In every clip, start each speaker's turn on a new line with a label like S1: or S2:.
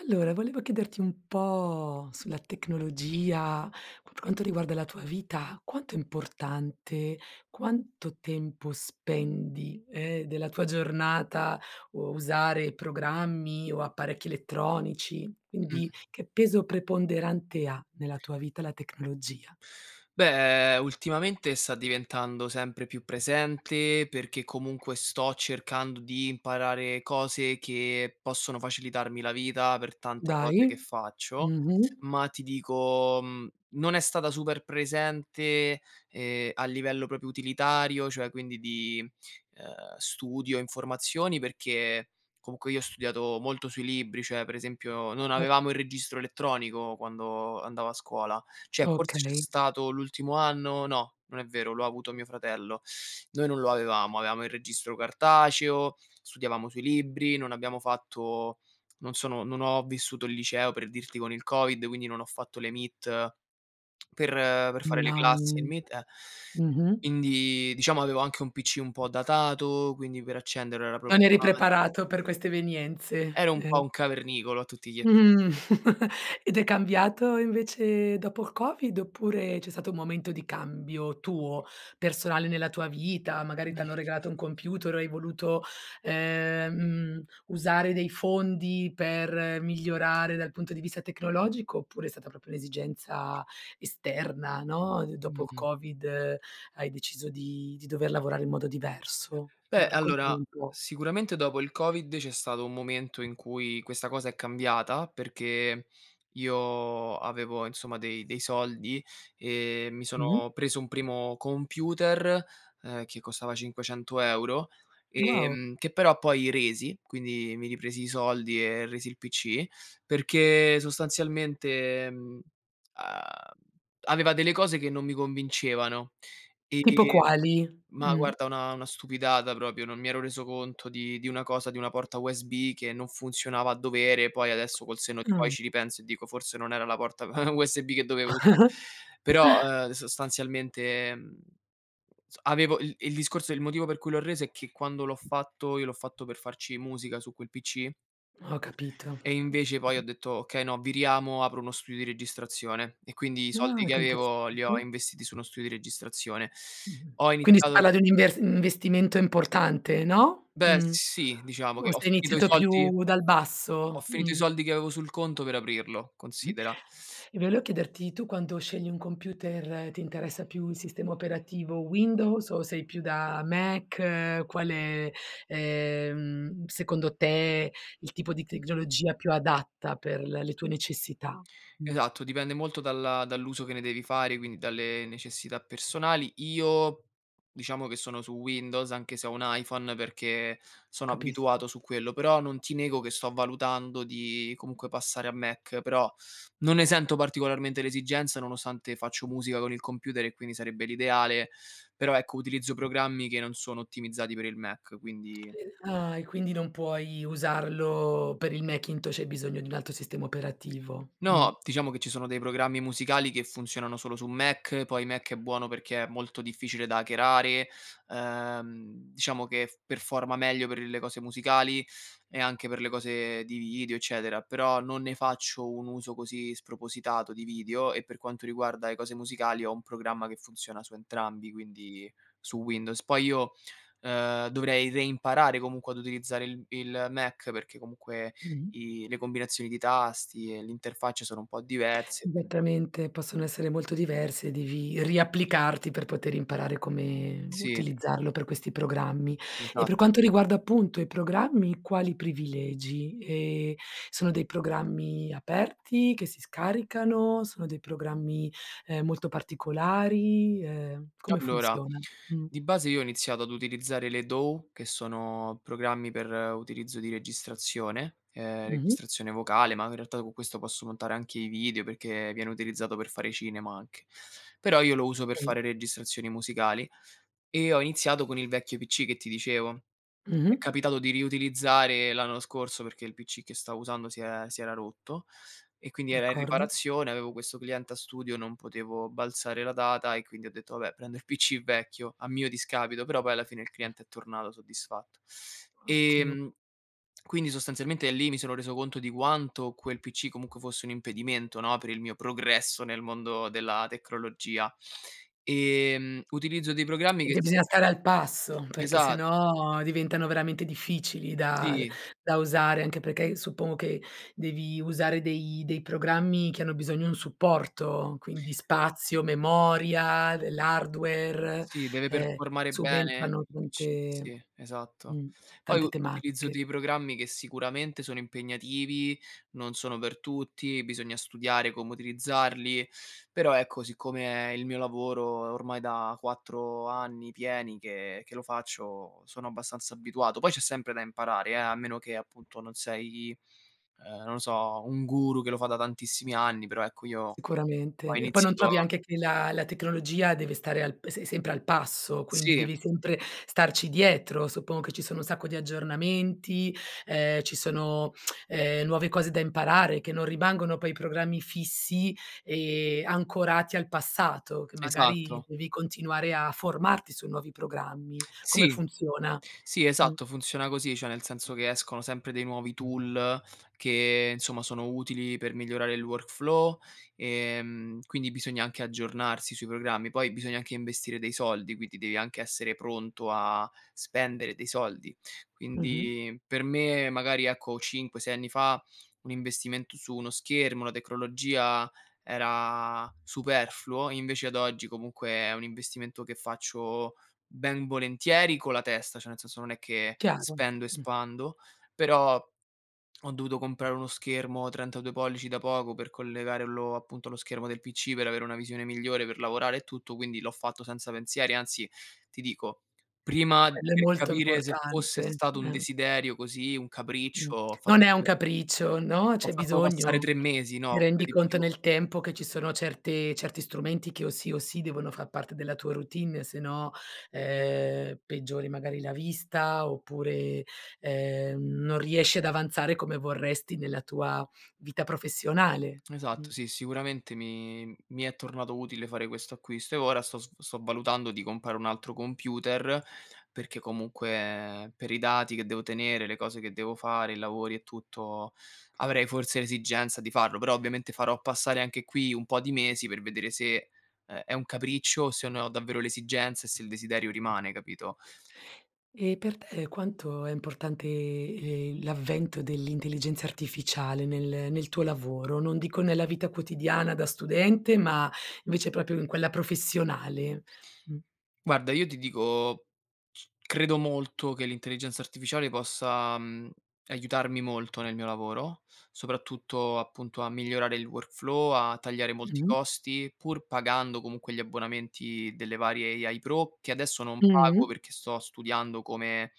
S1: Allora, volevo chiederti un po' sulla tecnologia, per quanto riguarda la tua vita, quanto è importante, quanto tempo spendi, della tua giornata o a usare programmi o apparecchi elettronici?
S2: Mh.
S1: Quindi che peso preponderante ha nella tua vita la tecnologia?
S2: Beh, ultimamente sta diventando sempre più presente perché comunque sto cercando di imparare cose che possono facilitarmi la vita per tante
S1: Dai,
S2: cose che faccio,
S1: mh-mh,
S2: ma ti dico, non è stata super presente, a livello proprio utilitario, cioè quindi di, studio, informazioni, perché comunque io ho studiato molto sui libri, cioè per esempio non
S1: cer
S2: avevamo il registro elettronico quando andavo a scuola. Cioè forse c'è
S1: okay,
S2: stato l'ultimo anno no, non è vero, lo ha avuto mio fratello. Noi non lo avevamo, avevamo il registro cartaceo, studiavamo sui libri, non abbiamo fatto non sono non ho vissuto il liceo per dirti con il Covid, quindi non ho fatto le Meet per fare le classi e il
S1: online,
S2: Meet, eh.
S1: mh-mh.
S2: Quindi diciamo avevo anche un PC un po' datato, quindi per accenderlo era problema.
S1: Non eri preparato per queste evenienze,
S2: Ero un po'
S1: eh.
S2: un cavernicolo a tutti gli effetti.
S1: Mm. Ed è cambiato invece dopo il Covid, oppure c'è stato un momento di cambio tuo, personale nella tua vita? Magari t'hanno regalato un computer o hai voluto, usare dei fondi per migliorare dal punto di vista tecnologico, oppure è stata proprio un'esigenza esterna, no, d dopo il
S2: Mh.
S1: Covid hai deciso di dover lavorare in modo diverso?
S2: Beh, allora,
S1: Raccontami un po'.
S2: sicuramente dopo il Covid c'è stato un momento in cui questa cosa è cambiata, perché io avevo insomma dei soldi e mi
S1: Mh-mh.
S2: sono preso un primo computer, che costava 500 €,
S1: Wow.
S2: che però poi resi, quindi mi ripresi i soldi e resi il PC, perché sostanzialmente, aveva delle cose che non mi convincevano.
S1: Tipo
S2: Ehm
S1: quali?
S2: ma
S1: Mh.
S2: guarda una stupidata proprio, non mi ero reso conto di una cosa, di una porta USB che non funzionava a dovere, poi adesso col senno di poi ci ripenso e dico: "Forse non era la porta USB che dovevo usare".
S1: Ah.
S2: Però, sostanzialmente, mhmm, s avevo il motivo per cui l'ho reso è che quando l'ho fatto, io l'ho fatto per farci musica su quel PC,
S1: Ho capito.
S2: e invece poi ho detto: "Okay, no, viriamo, apro uno studio di registrazione". E quindi i soldi
S1: Ah,
S2: che
S1: che
S2: avevo li ho
S1: interessante.
S2: investiti su uno studio di registrazione.
S1: Mh-mh.
S2: Ho
S1: Quindi si
S2: iniziato
S1: parla di un inver investimento importante, no,
S2: Beh,
S1: mh.
S2: sì, diciamo che
S1: O sei iniziato più dal
S2: ho
S1: basso?
S2: finito i
S1: Mh.
S2: soldi che avevo sul conto per aprirlo,
S1: Mh.
S2: considera.
S1: E volevo chiederti, tu quando scegli un computer ti interessa più il sistema operativo Windows o sei più da Mac? Quale, secondo te il tipo di tecnologia più adatta per l le tue necessità? Mh,
S2: Esatto, dipende molto dalla dall'uso che ne devi fare, quindi dalle necessità personali. Io diciamo che sono su Windows, anche se ho un iPhone, perché sono
S1: capisco.
S2: abituato su quello, però non ti nego che sto valutando di comunque passare a Mac, però non ne sento particolarmente l'esigenza, nonostante faccio musica con il computer e quindi sarebbe l'ideale, però ecco utilizzo programmi che non sono ottimizzati per il Mac, quindi.
S1: Ah, e quindi non puoi usarlo per il Macintosh, hai bisogno di un altro sistema operativo. Mh.
S2: No, diciamo che ci sono dei programmi musicali che funzionano solo su Mac, poi Mac è buono perché è molto difficile da hackerare, diciamo che f performa meglio per le cose musicali e anche per le cose di video, eccetera, però non ne faccio un uso così spropositato di video e per quanto riguarda le cose musicali ho un programma che funziona su entrambi, quindi su Windows. Poi io, dovrei reimparare comunque ad utilizzare il Mac perché comunque
S1: Mh-mh.
S2: i le combinazioni di tasti e l'interfaccia sono un po' diverse, quin
S1: Esattamente, possono essere molto diverse, devi riapplicarti per poter imparare come
S2: sì,
S1: utilizzarlo per questi programmi. E per
S2: esatto.
S1: quanto riguarda appunto i programmi, quali privilegi? Sono dei programmi aperti che si scaricano? Sono dei programmi, molto particolari? Come
S2: Allora,
S1: funziona? Mh.
S2: di base io ho iniziato ad utilizzare le DAW, che sono programmi per utilizzo di registrazione, ehm,
S1: Mh-mh.
S2: registrazione vocale, ma in realtà con questo posso montare anche i video, perché viene utilizzato per fare cinema anche. Però io lo uso per
S1: Sì.
S2: fare registrazioni musicali e ho iniziato con il vecchio PC che ti dicevo.
S1: Mh-mh.
S2: È capitato di riutilizzare l'anno scorso perché il PC che stavo usando si era rotto e quindi era in
S1: D'accordo.
S2: riparazione, avevo questo cliente a studio, non potevo balzare la data e quindi ho detto: "Vabbè, prendo il PC vecchio", a mio discapito, però poi alla fine il cliente è tornato soddisfatto.
S1: Ottimo.
S2: Ehm, quindi sostanzialmente lì mi sono reso conto di quanto quel PC comunque fosse un impedimento, no, per il mio progresso nel mondo della tecnologia. Utilizzo dei programmi
S1: Sì,
S2: che
S1: perché
S2: s
S1: bisogna stare al passo, perché se
S2: esatto,
S1: no diventano veramente difficili da
S2: sì.
S1: usare, anche perché suppongo che devi usare dei programmi che hanno bisogno un supporto, quindi spazio, memoria, dell'hardware,
S2: Sì, deve
S1: ehm,
S2: performare bene
S1: subentrano
S2: il PC, sì, esatto.
S1: mh,
S2: Poi
S1: tante
S2: u utilizzo
S1: tematiche.
S2: dei programmi che sicuramente sono impegnativi, non sono per tutti, bisogna studiare come utilizzarli, però ecco, siccome è il mio lavoro è ormai da 4 anni pieni che lo faccio, sono abbastanza abituato. Poi c'è sempre da imparare, a meno che appunto non sei, non lo so, un guru che lo fa da tantissimi anni, però ecco io ho
S1: Sicuramente. E poi non
S2: iniziato
S1: trovi
S2: a
S1: anche che la tecnologia deve stare al se sempre al passo, quindi
S2: sì,
S1: devi sempre starci dietro. Suppongo che ci sono un sacco di aggiornamenti, ci sono, nuove cose da imparare che non rimangono poi programmi fissi e ancorati al passato, che magari
S2: esatto.
S1: devi continuare a formarti su nuovi programmi. Come
S2: Sì.
S1: funziona?
S2: Sì,
S1: Mh.
S2: esatto, funziona così, cioè nel senso che escono sempre dei nuovi tool che insomma sono utili per migliorare il workflow, quindi bisogna anche aggiornarsi sui programmi. Poi bisogna anche investire dei soldi, quindi devi anche essere pronto a spendere dei soldi.
S1: Mh-mh.
S2: Quindi per me magari ecco 5, 6 anni fa un investimento su uno schermo, una tecnologia era superfluo, invece ad oggi comunque è un investimento che faccio ben volentieri con la testa, cioè nel senso non è che
S1: Chiaro.
S2: spendo e
S1: Mh.
S2: spando, però ho dovuto comprare uno schermo 32 pollici da poco per collegarlo appunto allo schermo del PC per avere una visione migliore, per lavorare e tutto, quindi l'ho fatto senza pensieri, anzi ti dico, prima
S1: Quello è
S2: per
S1: molto
S2: capire se fosse
S1: importante.
S2: stato un desiderio così, un
S1: Mh.
S2: capriccio,
S1: Non è un capriccio, no,
S2: ho
S1: c'è
S2: fatto passare 3
S1: bisogno.
S2: mesi,
S1: Ti
S2: no, pure
S1: rendi
S2: di
S1: conto
S2: più.
S1: nel tempo che ci sono certe certi strumenti che o sì devono far parte della tua routine, se no, peggiori magari la vista oppure, non riesci ad avanzare come vorresti nella tua vita professionale. Mh.
S2: Esatto, sì, sicuramente mi è tornato utile fare questo acquisto e ora sto valutando di comprare un altro computer, perché comunque per i dati che devo tenere, le cose che devo fare, i lavori e tutto, avrei forse l'esigenza di farlo, però ovviamente farò passare anche qui un po' di mesi per vedere se, è un capriccio o se ne ho davvero l'esigenza e se il desiderio rimane, capito?
S1: E per te quanto è importante, l'avvento dell'intelligenza artificiale nel tuo lavoro? Non dico nella vita quotidiana da studente, ma invece proprio in quella professionale. Mh.
S2: Guarda, io ti dico credo molto che l'intelligenza artificiale possa, aiutarmi molto nel mio lavoro, soprattutto appunto a migliorare il workflow, a tagliare molti
S1: Mh.
S2: costi, pur pagando comunque gli abbonamenti delle varie AI Pro, che adesso non
S1: Mh.
S2: pago perché sto studiando come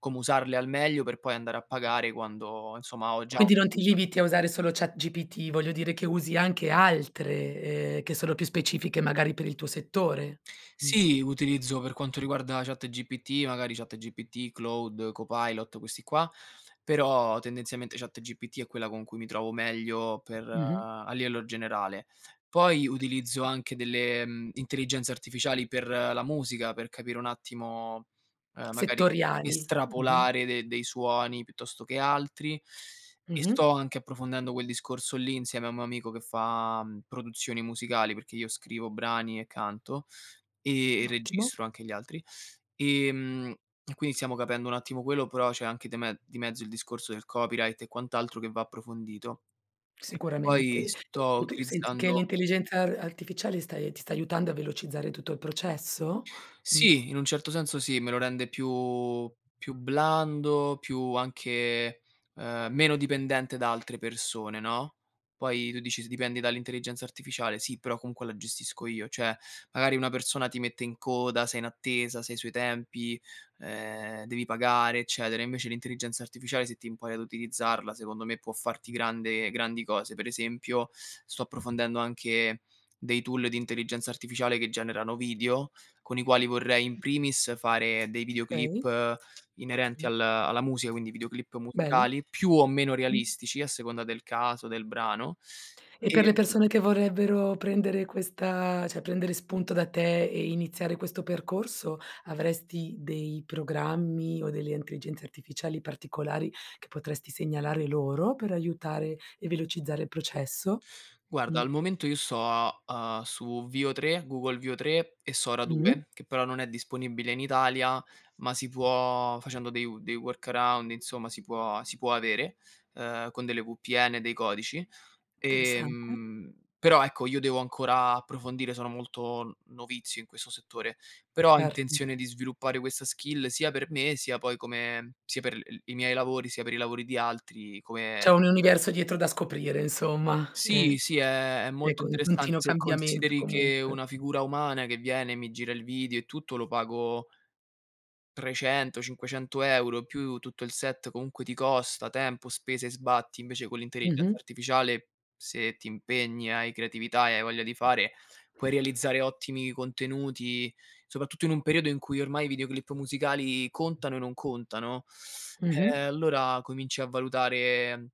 S2: usarle al meglio per poi andare a pagare quando, insomma, ho già
S1: Quindi non ti limiti a usare solo ChatGPT, voglio dire che usi anche altre, che sono più specifiche magari per il tuo settore. Mh.
S2: Sì, utilizzo per quanto riguarda ChatGPT, magari ChatGPT, Claude, Copilot, questi qua, però tendenzialmente ChatGPT è quella con cui mi trovo meglio per
S1: Mh-mh.
S2: a livello generale. Poi utilizzo
S1: Capisco.
S2: anche delle, intelligenze artificiali per la musica, per capire un attimo, magari
S1: Settoriali. Mh-mh.
S2: estrapolare de dei suoni piuttosto che altri e
S1: Mh-mh.
S2: sto anche approfondendo quel discorso lì insieme a un mio amico che fa, produzioni musicali, perché io scrivo brani e canto. E
S1: Ottimo.
S2: registro anche gli altri. Ehm, e quindi stiamo capendo un attimo quello, però c'è anche de me di mezzo il discorso del copyright e quant'altro che va approfondito. E poi
S1: Sicuramente.
S2: sto
S1: E tu senti che
S2: utilizzando
S1: l'intelligenza ar artificiale sta ti sta aiutando a velocizzare tutto il processo? Mh,
S2: Sì, in un certo senso sì, me lo rende più blando, più anche, meno dipendente da altre persone, no, poi tu dici: "S dipendi dall'intelligenza artificiale", sì, però comunque la gestisco io, cioè magari una persona ti mette in coda, sei in attesa, sei sui tempi, devi pagare, eccetera. Invece l'intelligenza artificiale se ti impari ad utilizzarla, secondo me può farti grande grandi cose. Per esempio, sto approfondendo anche dei tool di intelligenza artificiale che generano video con i quali vorrei in primis fare dei videoclip
S1: okay.
S2: inerenti
S1: Mh,
S2: al alla musica, quindi videoclip
S1: bello.
S2: musicali, più o meno
S1: Mh.
S2: realistici a seconda del caso, del brano.
S1: E per le
S2: Ehm,
S1: persone che vorrebbero prendere questa cioè prendere spunto da te e iniziare questo percorso, avresti dei programmi o delle intelligenze artificiali particolari che potresti segnalare loro per aiutare e velocizzare il processo? Mh.
S2: guarda, al momento io sto, su Vio 3, Google Vio 3 e Sora
S1: Mh.
S2: 2, che però non è disponibile in Italia, ma si può facendo dei workaround, insomma si può avere, con delle VPN, dei codici.
S1: Interessante.
S2: Però ecco, io devo ancora approfondire, sono molto novizio in questo settore, però ho
S1: Certo.
S2: intenzione di sviluppare questa skill sia per me, sia poi come sia per l i miei lavori, sia per i lavori di altri, come
S1: C'è un universo dietro da scoprire insomma,
S2: sì, sì, è
S1: è
S2: molto
S1: co in
S2: interessante
S1: continuo
S2: se
S1: cambiamento
S2: consideri che
S1: comunque.
S2: una figura umana che viene, mi gira il video e tutto, lo pago 300, 500 € più tutto il set comunque ti costa, tempo, spese e sbatti, invece con l'intelligenza
S1: Mh-mh,
S2: artificiale, se ti impegni, hai creatività e hai voglia di fare, puoi realizzare ottimi contenuti, soprattutto in un periodo in cui ormai i videoclip musicali contano e non contano.
S1: mh-mh,
S2: Allora cominci a valutare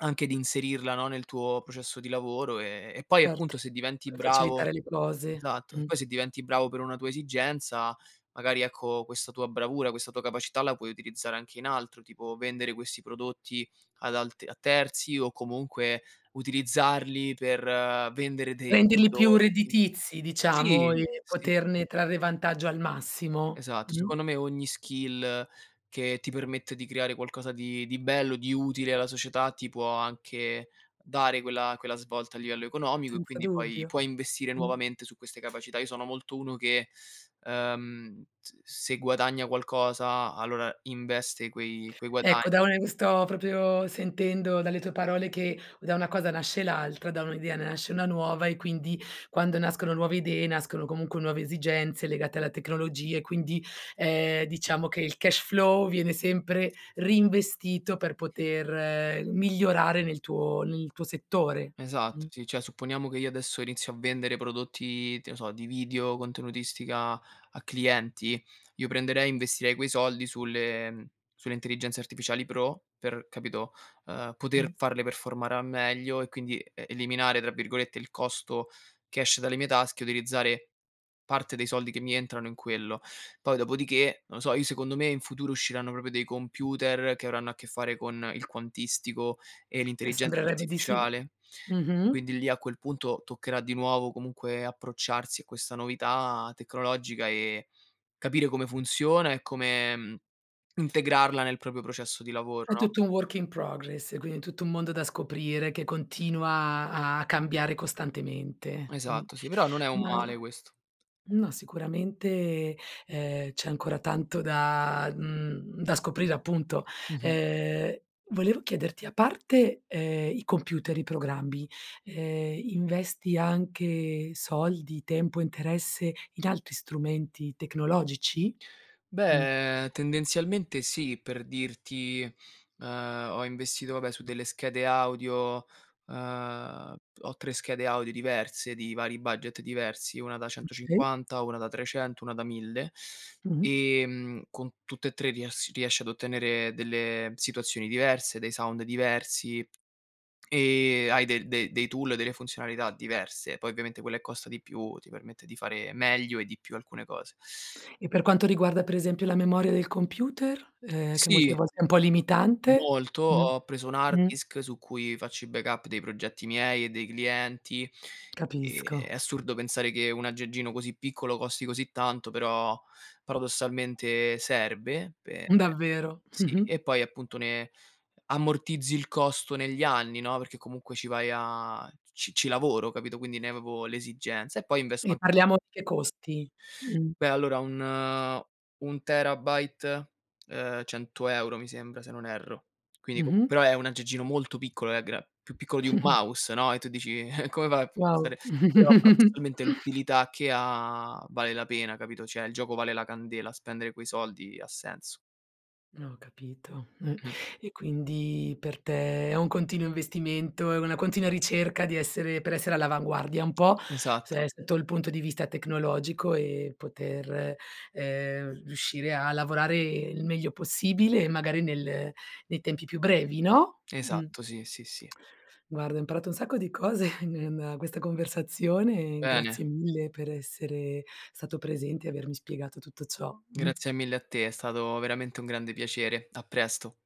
S2: anche di inserirla, no, nel tuo processo di lavoro e poi
S1: certo.
S2: appunto se diventi
S1: Per
S2: bravo.
S1: facilitare le cose,
S2: Esatto. E
S1: mh.
S2: poi se diventi bravo per una tua esigenza, magari ecco questa tua bravura, questa tua capacità la puoi utilizzare anche in altro, tipo vendere questi prodotti ad alt a terzi o comunque utilizzarli per vendere dei
S1: Renderli più
S2: prodotti.
S1: redditizi diciamo
S2: Sì,
S1: e
S2: sì.
S1: poterne trarre vantaggio al massimo,
S2: Esatto, secondo me ogni skill che ti permette di creare qualcosa di bello, di utile alla società, ti può anche dare quella svolta a livello economico e
S1: senza
S2: quindi poi
S1: dubbio,
S2: puoi investire
S1: mh.
S2: nuovamente su queste capacità. Io sono molto uno che, s se guadagna qualcosa allora investe quei
S1: Ecco,
S2: guadagni.
S1: da una sto proprio sentendo dalle tue parole che da una cosa nasce l'altra, da un'idea ne nasce una nuova e quindi quando nascono nuove idee, nascono comunque nuove esigenze legate alla tecnologia e quindi, diciamo che il cash flow viene sempre reinvestito per poter migliorare nel tuo settore. Mh,
S2: Esatto, sì, cioè supponiamo che io adesso inizio a vendere prodotti, che ne so, di video, contenutistica a clienti, io prenderei e investirei quei soldi sulle intelligenze artificiali pro per, capito,
S1: mh.
S2: poter farle performare al meglio e quindi "eliminare" tra virgolette il costo che esce dalle mie tasche, utilizzare parte dei soldi che mi entrano in quello. Poi dopodiché, non lo so, io secondo me in futuro usciranno proprio dei computer che avranno a che fare con il quantistico e l'intelligenza
S1: Sembrerebbe di sì.
S2: artificiale,
S1: Mh-mh.
S2: quindi lì a quel punto toccherà di nuovo comunque approcciarsi a questa novità tecnologica e capire come funziona e come, integrarla nel proprio processo di
S1: È
S2: lavoro, no.
S1: tutto un work in progress, quindi tutto un mondo da scoprire che continua a cambiare costantemente. Mh.
S2: Esatto, sì, però non è un
S1: Ma
S2: male questo.
S1: no, sicuramente, c'è ancora tanto da scoprire appunto.
S2: Mh-mh.
S1: Ehm, volevo chiederti, a parte, i computer, i programmi, investi anche soldi, tempo, interesse in altri strumenti tecnologici? Mh,
S2: Beh, tendenzialmente sì, per dirti, ho investito vabbè su delle schede audio, ehm, ho 3 schede audio diverse di vari budget diversi, una da
S1: okay.
S2: 150, una da 300, una da 1000,
S1: Mh-mh.
S2: con tutte e 3 riesci ad ottenere delle situazioni diverse, dei sound diversi e hai de de dei tool, delle funzionalità diverse. Poi ovviamente quella che costa di più ti permette di fare meglio e di più alcune cose.
S1: E per quanto riguarda per esempio la memoria del computer, che molte
S2: Sì.
S1: volte è un po' limitante?
S2: Molto,
S1: Mh,
S2: ho preso un hard
S1: mh,
S2: disk su cui faccio i backup dei progetti miei e dei clienti, e
S1: capisco,
S2: è assurdo pensare che un aggeggino così piccolo costi così tanto, però paradossalmente serve pe
S1: davvero.
S2: sì,
S1: Mh-mh.
S2: e poi appunto ne ammortizzi il costo negli anni, no, perché comunque ci vai a ci lavoro, capito, quindi ne avevo l'esigenza e poi investo
S1: E
S2: anche
S1: parliamo di che costi? Mh,
S2: Beh, allora un un terabyte, 100 € mi sembra, se non erro. Quindi comu
S1: mh-mh.
S2: però è un aggeggino molto piccolo, è gra più piccolo di un mouse, no, e tu dici: "Come fa a
S1: Wow.
S2: costare", però paradossalmente l'utilità che ha vale la pena, capito, cioè il gioco vale la candela, spendere quei soldi ha senso.
S1: No, ho capito.
S2: Mh.
S1: E quindi per te è un continuo investimento, è una continua ricerca di essere per essere all'avanguardia un po', se
S2: Esatto,
S1: sotto il punto di vista tecnologico e poter, riuscire a lavorare il meglio possibile e magari nel nei tempi più brevi, no? Mh.
S2: esatto, sì, sì, sì.
S1: Guarda, ho imparato un sacco di cose in questa conversazione,
S2: Bene,
S1: grazie mille per essere stato presente e avermi spiegato tutto ciò. Mh.
S2: grazie mille a te, è stato veramente un grande piacere. A presto.